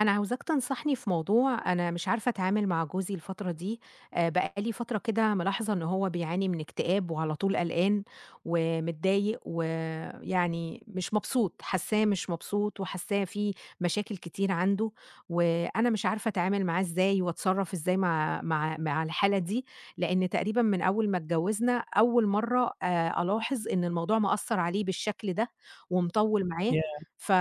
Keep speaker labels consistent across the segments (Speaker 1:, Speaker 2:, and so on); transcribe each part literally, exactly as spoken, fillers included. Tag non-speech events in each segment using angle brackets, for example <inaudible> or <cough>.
Speaker 1: أنا عاوزاك تنصحني في موضوع أنا مش عارفة أتعامل مع جوزي الفترة دي، آآ بقى لي فترة كده ملاحظة إن هو بيعاني من اكتئاب وعلى طول قلقان ومتضايق ويعني مش مبسوط، حاسّاه مش مبسوط وحاسّاه في مشاكل كتير عنده، وأنا مش عارفة أتعامل معاه إزاي وأتصرّف إزاي مع مع مع الحالة دي، لإن تقريبًا من أول ما اتجوّزنا أول مرّة آآ ألاحظ إن الموضوع مأثّر عليه بالشكل ده ومطوّل معاه
Speaker 2: ياه!
Speaker 1: ف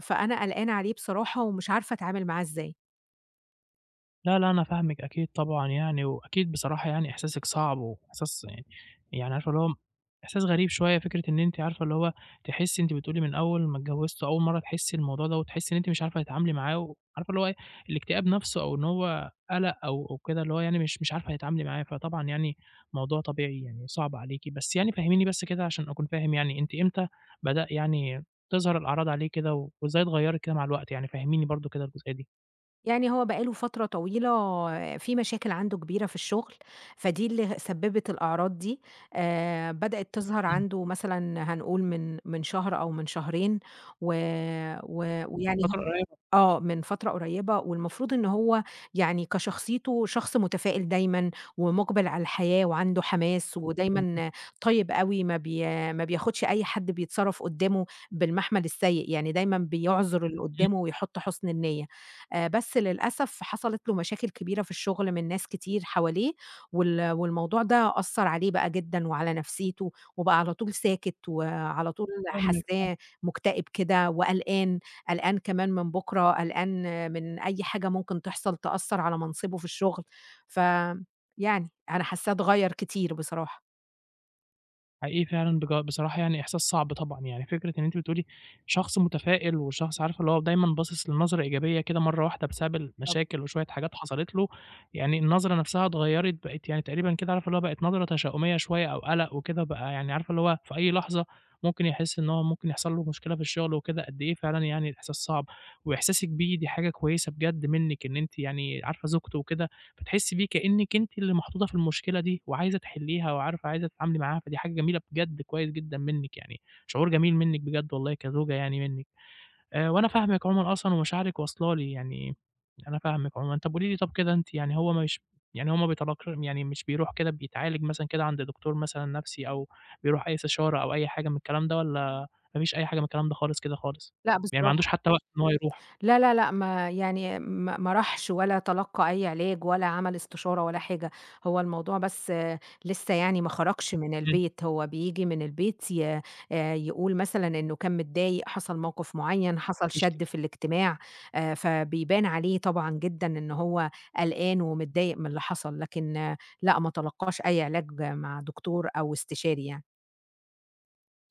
Speaker 1: فأنا قلقانة عليه بصراحة ومش عارفة أتعامل معاه إزاي.
Speaker 2: لا، لا، أنا فاهمِك أكيد طبعًا يعني، وأكيد بصراحة يعني إحساسِك صعب وإحساس يعني يعني عارفة اللي هو إحساس غريب شوية فكرة إن أنتِ عارفة اللي هو تحسّي أنتِ بتقولي من أول ما اتجوزتوا أول مرّة تحسّي الموضوع دوّة، وتحسّي إن أنتِ مش عارفة تتعاملي معاه وعارفة اللي هو إيه، الاكتئاب نَفْسه أو إن هو قَلَق أو أو كده اللي هو يعني مش مش عارفة تتعاملي معاه، فطبعًا يعني موضوع طبيعي يعني صعب عليكِ. بس يعني فهّميني بس كده عشان أكون فاهم يعني أنتِ إمتى بدأ يعني تظهر الأعراض عليه كده وإزاي اتغيّرِت كده مع الوقت يعني، فهّميني برضه كده الجزئية دي.
Speaker 1: يعني هو بقى له فترة طويلة في مشاكل عنده كبيرة في الشغل، فدي اللي سبّبت الأعراض دي، آآ بدأت تظهر
Speaker 2: إمم.
Speaker 1: عنده مثلًا هنقول من من شهر أو من شهرين، و و ويعني
Speaker 2: فترة قريّبة؟
Speaker 1: آه، من فترة قريّبة والمفروض إن هو يعني كشخصيته شخص متفائل دايمًا ومُقبِل على الحياة وعنده حماس
Speaker 2: إمم،
Speaker 1: ودايمًا طيب أوي ما بي ما بياخُدش أي حد بيتصرّف قُدّامه بالمحمل السيء، يعني دايمًا بيعذُر اللي
Speaker 2: إمم،
Speaker 1: قُدّامه ويحُط حُسن النيّة. آآ بس للأسف حصلت له مشاكل كبيرة في الشُغل من ناس كتير حواليه وال والموضوع ده أثّر عليه بقى جدًا وعلى نفسيته وبقى على طول ساكت وعلى طول
Speaker 2: فاهمِك،
Speaker 1: حاسّاه مُكتئب كده وقلقان. قلقان كمان من بُكرة، قلقان من أي حاجة ممكن تحصل تأثّر على منصبه في الشغل، ف يعني أنا حاسّاه اتغيّر كتير بصراحة.
Speaker 2: حقيقي فعلًا بج بصراحة يعني إحساس صعب طبعًا، يعني فكرة إن أنتِ بتقولي شخص متفائل وشخص عارفة اللي هو دايمًا باصص للنظرة إيجابية كده مرّة واحدة بسبب
Speaker 1: طب
Speaker 2: المشاكل وشوية حاجات حصلت له، يعني النظرة نفْسها اتغيّرت بقت يعني تقريبًا كده عارفة اللي هو بقت نظرة تشاؤمية شوية أو قلق وكده، بقى يعني عارفة اللي هو في أي لحظة ممكن يحس إن هو ممكن يحصل له مشكلة في الشغل وكده، قد إيه فعلًا يعني الإحساس صعب، وإحساسِك بيه دي حاجة كويسة بجد منِّك إن أنتِ يعني عارفة زوجته وكده فتحسّي بيه كإنِّك أنتِ اللي محطوطة في المشكلة دي وعايزة تحلّيها وعارفة عايزة تتعاملي معاها، فدي حاجة جميلة بجد كويس جدًا منِّك يعني، شعور جميل منِّك بجد والله كزوجة يعني منِّك، آآ وأنا فاهمِك عمومًا أصلًا ومشاعرِك واصلة لي يعني، أنا فاهمِك عمومًا. طَب قولي لي طَب كده أنتِ يعني هو مش يعني هو ما بيتلق يعني مش بيروح كده بيتعالج مثلًا كده عند دكتور مثلًا نَفْسي أو بيروح أي استشارة أو أي حاجة من الكلام ده والّا ما فيش أي حاجة من الكلام ده خالص كده خالص؟
Speaker 1: لأ
Speaker 2: يعني ما عندوش
Speaker 1: بصراحة.
Speaker 2: حتى وقت إن هو يروح؟
Speaker 1: لا، لا، لأ، ما يعني ما ما راحش ولا تلقّى أي علاج ولا عمل استشارة ولا حاجة، هو الموضوع بس آه، لسه يعني ما خرجش من
Speaker 2: إمم.
Speaker 1: البيت، هو بييجي من البيت ي آآ يقول مثلًا إنه كان متضايق، حصل موقف معيّن، حصل
Speaker 2: يشت
Speaker 1: شَد في الاجتماع، آآ فبيبان عليه طبعًا جدًا إن هو قلقان ومتضايق من اللي حصل، لكن آه، لأ، ما تلقّاش أي علاج مع دكتور أو استشاري يعني.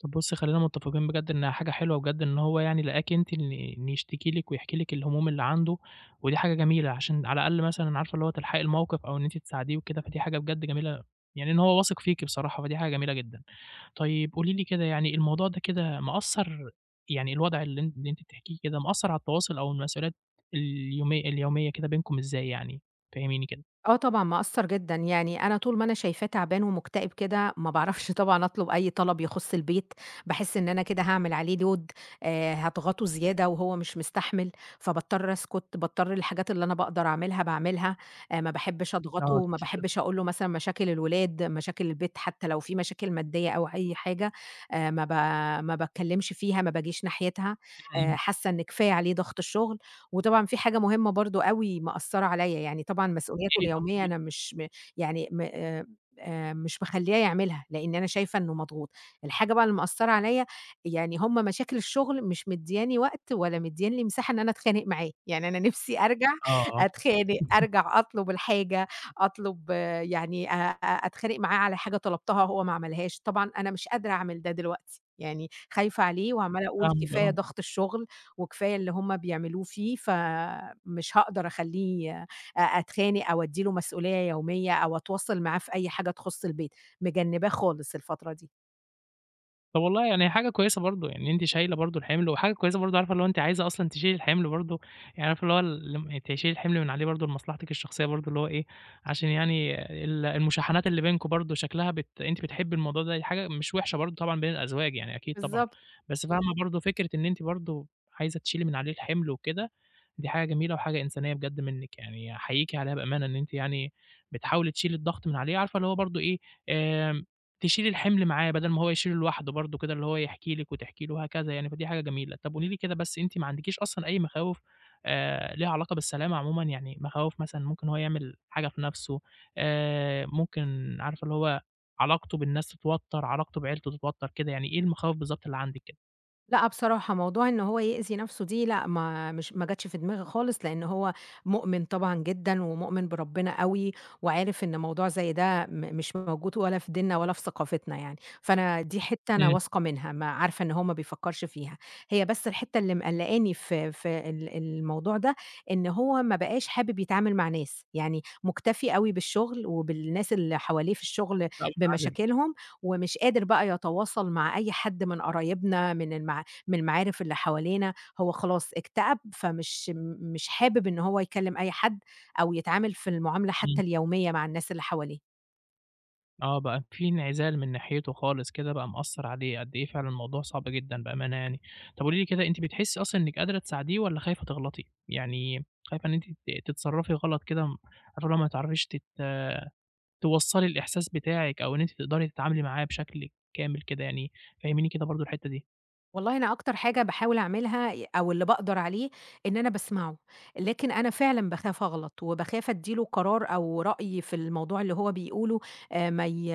Speaker 2: طب بُصّي خلّينا متفقين بجد إنها حاجة حلوة بجد إن هو يعني لقاكِ أنتِ إن إن يشتكي لِك ويحكي لِك الهموم اللي عنده، ودي حاجة جميلة عشان على الأقل مثلًا أنا عارفة اللي هو تلحقي الموقف أو إن أنتِ تساعديه وكده، فدي حاجة بجد جميلة يعني إن هو واثق فيكِ بصراحة، فدي حاجة جميلة جدًا. طيب قولي لي كده يعني الموضوع ده كده مأثّر يعني الوضع اللي أن اللي أنتِ بتحكيه كده مأثّر على التواصل أو المسؤوليات اليومي اليومية كده بينكم إزاي يعني؟ فهّميني كده.
Speaker 1: آه طبعًا، مأثّر جدًا، يعني أنا طول ما أنا شايفاه تعبان ومكتئب كده ما باعرفش <laughs> طبعًا أطلب أي طلب يخُص البيت، باحس إن أنا كده هاعمل عليه load آآ، هاضغطه زيادة وهو مش مستحمل، فباضطر أسكت، باضطر الحاجات اللي أنا باقدر أعملها باعملها، آآ، ما باحبش
Speaker 2: آه دي
Speaker 1: أضغطه، ما
Speaker 2: مشكلة.
Speaker 1: باحبش أقول له مثلًا مشاكل الولاد، مشاكل البيت حتى لو في مشاكل مادية أو أي حاجة آآ، ما ب ما باتكلمش فيها، ما باجيش ناحيتها، آآ،
Speaker 2: إمم،
Speaker 1: حاسة إن كفاية عليه ضغط الشغل. وطبعًا في حاجة مهمة برضه أوي مأثّرة عليّا، يعني طبعًا مسؤولياته
Speaker 2: إيه طب
Speaker 1: اليومية أنا
Speaker 2: إيه
Speaker 1: مش م يعني م آآ آآ مش مخلّياه يعملها، لإن أنا شايفة إنه مضغوط. الحاجة بقى اللي مأثّرة عليّا يعني هم مشاكل الشغل مش مدّياني وقت ولا مدّياني لي مساحة إن أنا أتخانق معاه، يعني أنا نِفْسي أرجع
Speaker 2: آه،
Speaker 1: أتخانق،
Speaker 2: <laughs>
Speaker 1: أرجع أطلب الحاجة، أطلب يعني أ أ أتخانق معاه على حاجة طلبتها هو ما عملهاش، طبعًا أنا مش قادرة أعمل ده دلوقتي، يعني خايفة عليه وعمّالة أقول
Speaker 2: فاهمِك
Speaker 1: كفاية
Speaker 2: آه.
Speaker 1: ضغط الشغل وكفاية اللي هم بيعملوه فيه، فمش هاقدر أخلّيه أ أتخانق أو أدّي له مسؤولية يومية أو أتواصل معاه في أي حاجة تخُص البيت، مجنّباه خالص الفترة دي.
Speaker 2: طب والله يعني حاجة كويسة برضه، يعني أنتِ شايلة برضه الحِمل، وحاجة كويسة برضه عارفة اللي هو أنتِ عايزة أصلًا تشيلي الحِمل برضه، يعني عارفة اللي هو ال لم تشيلي الحِمل من عليه برضه لمصلحتِك الشخصية برضه اللي هو إيه، عشان يعني ال المشاحنات اللي بينكم برضه شكلها بت أنتِ بتحبّي الموضوع ده، دي حاجة مش وحشة برضه طبعًا بين الأزواج يعني أكيد طبعًا،
Speaker 1: بالضبط.
Speaker 2: بس فاهمة برضه فكرة إن أنتِ برضه عايزة تشيلي من عليه الحِمل وكده، دي حاجة جميلة وحاجة إنسانية بجد منِّك، يعني أحييكِ عليها بأمانة إن أنتِ يعني بتحاولي تشيلي الضغط من عليه، عارفة اللي هو برضه إيه، آآ تشيلي الحِمل معاه بدل ما هو يشيله لوحده برضه كده، اللي هو يحكي لِك وتحكي له وهكذا يعني، فدي حاجة جميلة. طَب قولي لي كده بس أنتِ ما عندكيش أصلًا أي مخاوف آآ ليها علاقة بالسلامة عمومًا؟ يعني مخاوف مثلًا ممكن هو يعمل حاجة في نَفْسه، آآ ممكن عارفة اللي هو علاقته بالناس تتوتّر، علاقته بعيلته تتوتّر كده، يعني إيه المخاوف بالضبط اللي عندِك كده؟
Speaker 1: لأ، بصراحة موضوع إن هو يأذي نَفْسه دي لأ، ما مش ما جاتش في دماغي خالص، لإن هو مؤمن طبعًا جدًا، ومؤمن بربنا أوي، وعارف إن موضوع زي ده م مش موجود ولا في ديننا ولا في ثقافتنا يعني، فأنا دي حتّة أنا
Speaker 2: إمم،
Speaker 1: واثقة منها، ما عارفة إن هو ما بيفكّرش فيها، هي بس الحتّة اللي مقلّقاني في في ال الموضوع ده، إن هو ما بقاش حابب يتعامل مع ناس، يعني مُكتفي أوي بالشغل وبالناس اللي حواليه في الشغل
Speaker 2: يبقى منعزل.
Speaker 1: بمشاكلهم، ومش قادر بقى يتواصل مع أي حد من قرايبنا من المع من المعارف اللي حوالينا، هو خلاص اكتئب فمش مش حابب إن هو يكلّم أي حد أو يتعامل في المعاملة
Speaker 2: إمم.
Speaker 1: حتى اليومية مع الناس اللي حواليه.
Speaker 2: آه، بقى في انعزال من ناحيته خالص كده، بقى مأثّر عليه، قد إيه فعلًا الموضوع صعب جدًا بأمانة يعني. طب قولي لي كده، أنتِ بتحسّي أصلًا إنِّك قادرة تساعديه والّا خايفة تغلطي؟ يعني خايفة إن أنتِ ت تتصرّفي غلط كده م عارفة اللي هو ما تعرفيش تت توصّلي الإحساس بتاعِك أو إن أنتِ تقدري تتعاملي معاه بشكل كامل كده يعني، فهّميني كده برضه الحتّة دي.
Speaker 1: والله أنا أكتر حاجة باحاول أعملها ي أو اللي باقدر عليه، إن أنا باسمعه، لكن أنا فعلًا باخاف أغلط، وباخاف أدّي له قرار أو رأي في الموضوع اللي هو بيقوله آآ ما ي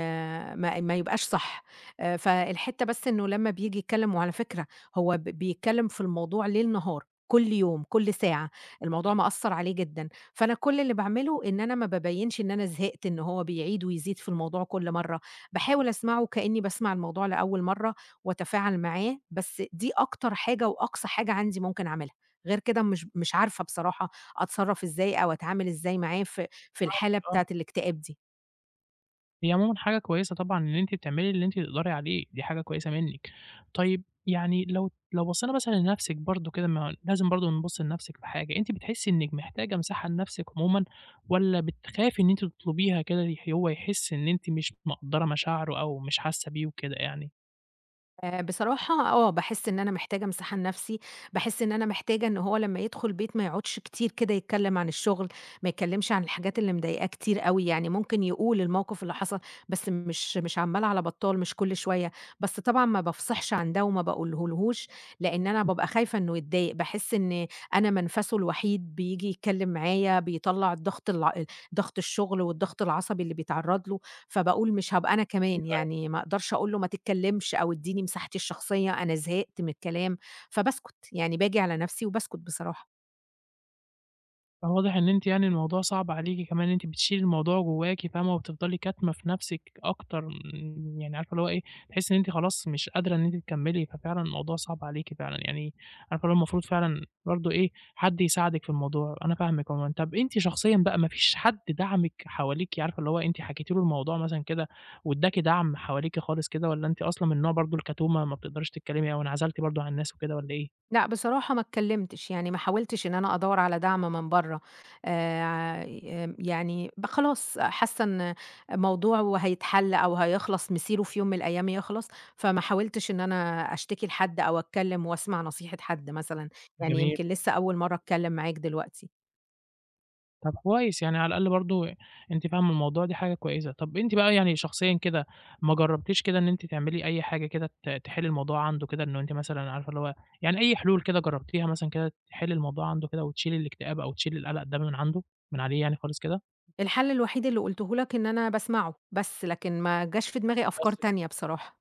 Speaker 1: ما ما يبقاش صح، آآ فالحتّة بس إنه لمّا بييجي يتكلّم وعلى فكرة هو ب بيتكلّم في الموضوع ليل نهار، كل يوم، كل ساعة، الموضوع مأثّر عليه جدًا، فأنا كل اللي باعمله إن أنا ما بابيّنش إن أنا زهقت، إن هو بيعيد ويزيد في الموضوع كل مرّة، باحاول أسمعه كإنّي باسمع الموضوع لأول مرّة. وأتفاعل معاه، بس دي أكتر حاجة وأقصى حاجة عندي ممكن أعملها، غير كده مش مش عارفة بصراحة أتصرّف إزاي أو أتعامل إزاي معاه في في الحالة
Speaker 2: فاهمِك،
Speaker 1: بتاعة الاكتئاب دي.
Speaker 2: هي عمومًا حاجة كويسة طبعًا إن أنتِ بتعملي اللي أنتِ تقدري عليه، دي حاجة كويسة منِّك. طيب يعني لو لو بصينا مثلًا لنفسِك برضه كده ما لازم برضه نبُص لنفسِك في حاجة، أنتِ بتحسّي إنِّك محتاجة مساحة لنفسِك عمومًا والّا بتخافي إن أنتِ تطلبيها كده يح هو يحس إن أنتِ مش مقدّرة مشاعره أو مش حاسة بيه وكده يعني؟
Speaker 1: آآ بصراحة آه، باحس إن أنا محتاجة امساحة لنفسي، باحس إن أنا محتاجة إن هو لمّا يدخل البيت ما يقعدش كتير كده يتكلم عن الشغل، ما يتكلمش عن الحاجات اللي مضايقاه كتير أوي، يعني ممكن يقول الموقف اللي حصل، بس مش مش عمّال على بطّال، مش كل شوية، بس طبعًا ما بافصحش عن ده وما باقوله لهوش، لإن أنا بابقى خايفة إنه يتضايق، باحس إن أنا منفسه الوحيد، بييجي يتكلم معايا، بيطلّع الضغط الع ضغط الشغل والضغط العصبي اللي بيتعرّض له. فباقول مش هابقى أنا كمان، يعني ما أقدرش أقول له ما تتكلّمش أو ادّيني مساحتي الشخصية، أنا زهقت من الكلام، فباسكت، يعني باجي على نَفْسي وباسكت بصراحة.
Speaker 2: فواضح إن أنتِ يعني الموضوع صعب عليكِ كمان إن أنتِ بتشيلي الموضوع جواكِ فاهمة، وبتفضلي كاتمة في نفسِك أكتر من يعني عارفة اللي هو إيه، تحسّي إن أنتِ خلاص مش قادرة إن أنتِ تكمّلي، ففعلًا الموضوع صعب عليكِ فعلًا، يعني عارفة اللي هو المفروض فعلًا برضه إيه، حد يساعدِك في الموضوع، أنا فاهمِك عمومًا. طَب أنتِ شخصيًا بقى ما فيش حد دعمِك حواليكِ، عارفة اللي هو أنتِ حكيتِ له الموضوع مثلًا كده وادّاكِ دعم حواليكِ خالص كده والّا أنتِ أصلًا من نوع برضه الكتومة ما بتقدريش تتكلّمي أو انعزلتِ برضه عن الناس وكده والّا إيه؟
Speaker 1: لأ، بصراحة ما اتكلّمتش، يعني ما حاولتش إن أنا أدوّر على دعم من برّه آآ، آمم، يعني ب خلاص حاسّة إن موضوعه هيتحل أو هيخلص، مِسيره في يوم من الأيام يخلص، فما حاولتش إن أنا أشتكي لحد أو أتكلّم وأسمع نصيحة حد مثلًا، يعني
Speaker 2: الجميع.
Speaker 1: يمكن لسّه أول مرّة أتكلّم معاك دلوقتي.
Speaker 2: طب كويس، يعني على الأقل برضه أنتِ فاهمة الموضوع، دي حاجة كويسة. طب أنتِ بقى يعني شخصيًا كده ما جرّبتيش كده إن أنتِ تعملي أي حاجة كده ت تحلّي الموضوع عنده كده، إنه أنتِ مثلًا عارفة اللي هو يعني أي حلول كده جرّبتيها مثلًا كده تحلّي الموضوع عنده كده وتشيلي الاكتئاب أو تشيلي القلق ده من عنده من عليه يعني خالص كده؟
Speaker 1: الحل الوحيد اللي قُلته لك إن أنا باسمعه، بس لكن ما جاش في دماغي أفكار
Speaker 2: بس كده
Speaker 1: تانية بصراحة.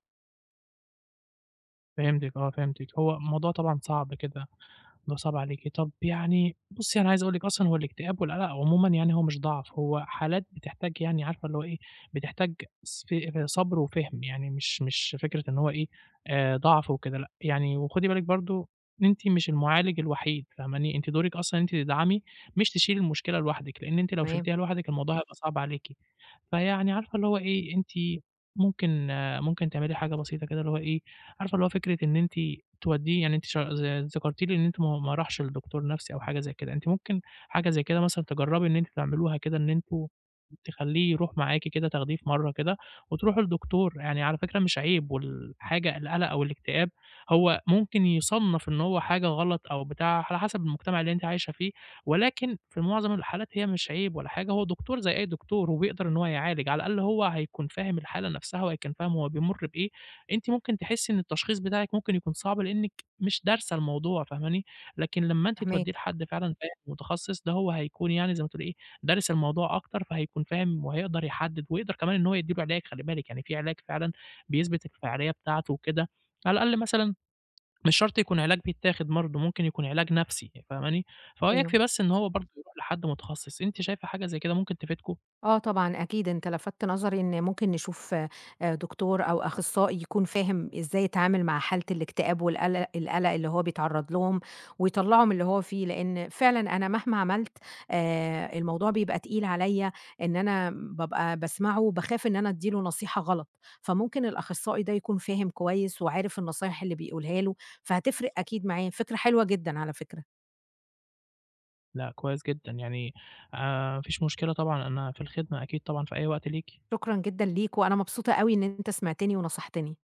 Speaker 2: فهمتِك آه، فهمتِك. هو الموضوع طبعًا صعب كده، الموضوع صعب عليكِ. طب يعني بُصّي أنا عايز أقول لِك أصلًا هو الاكتئاب والقلق عمومًا يعني هو مش ضعف، هو حالات بتحتاج يعني عارفة اللي هو إيه، بتحتاج ص ف صبر وفهم، يعني مش مش فكرة إن هو إيه، آآ ضعف وكده لأ، يعني وخُدي بالِك برضه إن أنتِ مش المعالج الوحيد فاهماني، أنتِ دورِك أصلًا إن أنتِ تدعمي مش تشيلي المشكلة لوحدِك، لإن أنتِ لو
Speaker 1: تمام،
Speaker 2: شلتيها لوحدِك الموضوع هيبقى صعب عليكِ. فيعني عارفة اللي هو إيه، أنتِ ممكن آه، ممكن تعملي حاجة بسيطة كده اللي هو إيه، عارفة اللي هو فكرة إن أنتِ تودّيه يعني أنتِ ش ذ ذكرتِ لي إن أنتِ ما ما راحش لدكتور نَفْسي أو حاجة زي كده، أنتِ ممكن حاجة زي كده مثلًا تجرّبي إن أنتِ تعملوها كده، إن أنتم تخلّيه يروح معاكِ كده، تاخديه في مرّة كده وتروحوا لدكتور، يعني على فكرة مش عيب والحاجة القلق أو الاكتئاب هو ممكن يُصنّف إن هو حاجة غلط أو بتاع على حسب المجتمع اللي أنتِ عايشة فيه، ولكن في معظم الحالات هي مش عيب ولا حاجة، هو دكتور زي أي دكتور وبيقدر إن هو يعالج، على الأقل هو هيكون فاهم الحالة نفسها وهيكون فاهم هو بيمُر بإيه، أنتِ ممكن تحسّي إن التشخيص بتاعِك ممكن يكون صعب لإنِّك مش دارسة الموضوع فاهماني، لكن لمّا أنتِ
Speaker 1: فاهماك،
Speaker 2: تودّيه لحد فعلًا فاهم متخصص ده هو هيكون يعني زي ما تقولي إيه، دارس الموضوع أكتر فهيكون فاهم وهيقدر يحدّد ويقدر كمان إن هو يدّي له علاج خلّي بالِك، يعني في علاج فعلًا بيثبت الفعالية بتاعته وكده، على الأقل مثلًا مش شرط يكون علاج بيتاخد برضه، ممكن يكون علاج نفسي فاهماني؟ فهو يكفي
Speaker 1: أيوه.
Speaker 2: بس إن هو برضه يروح لحد متخصص، أنتِ شايفة حاجة زي كده ممكن تفيدكم؟
Speaker 1: آه طبعًا أكيد، أنت لفتت نظري إن ممكن نشوف آآ دكتور أو أخصائي يكون فاهم إزاي يتعامل مع حالة الاكتئاب والقلق القلق اللي هو بيتعرّض لهم، ويطلّعه من اللي هو فيه، لإن فعلًا أنا مهما عملت آآ الموضوع بيبقى تقيل عليَّ إن أنا بابقى باسمعه وباخاف إن أنا أدّي له نصيحة غلط، فممكن الأخصائي ده يكون فاهم كويس وعارف النصايح اللي بيقولها له، فهتفرق
Speaker 2: بالضبط.
Speaker 1: أكيد معاه، فكرة حلوة جدًا على فكرة،
Speaker 2: لأ كويس جدًا، يعني آآ ما فيش مشكلة طبعًا أنا في الخدمة أكيد طبعًا في أي وقت ليكِ.
Speaker 1: شكرًا جدًا ليك، وأنا مبسوطة أوي إن أنت سمعتني ونصحتني.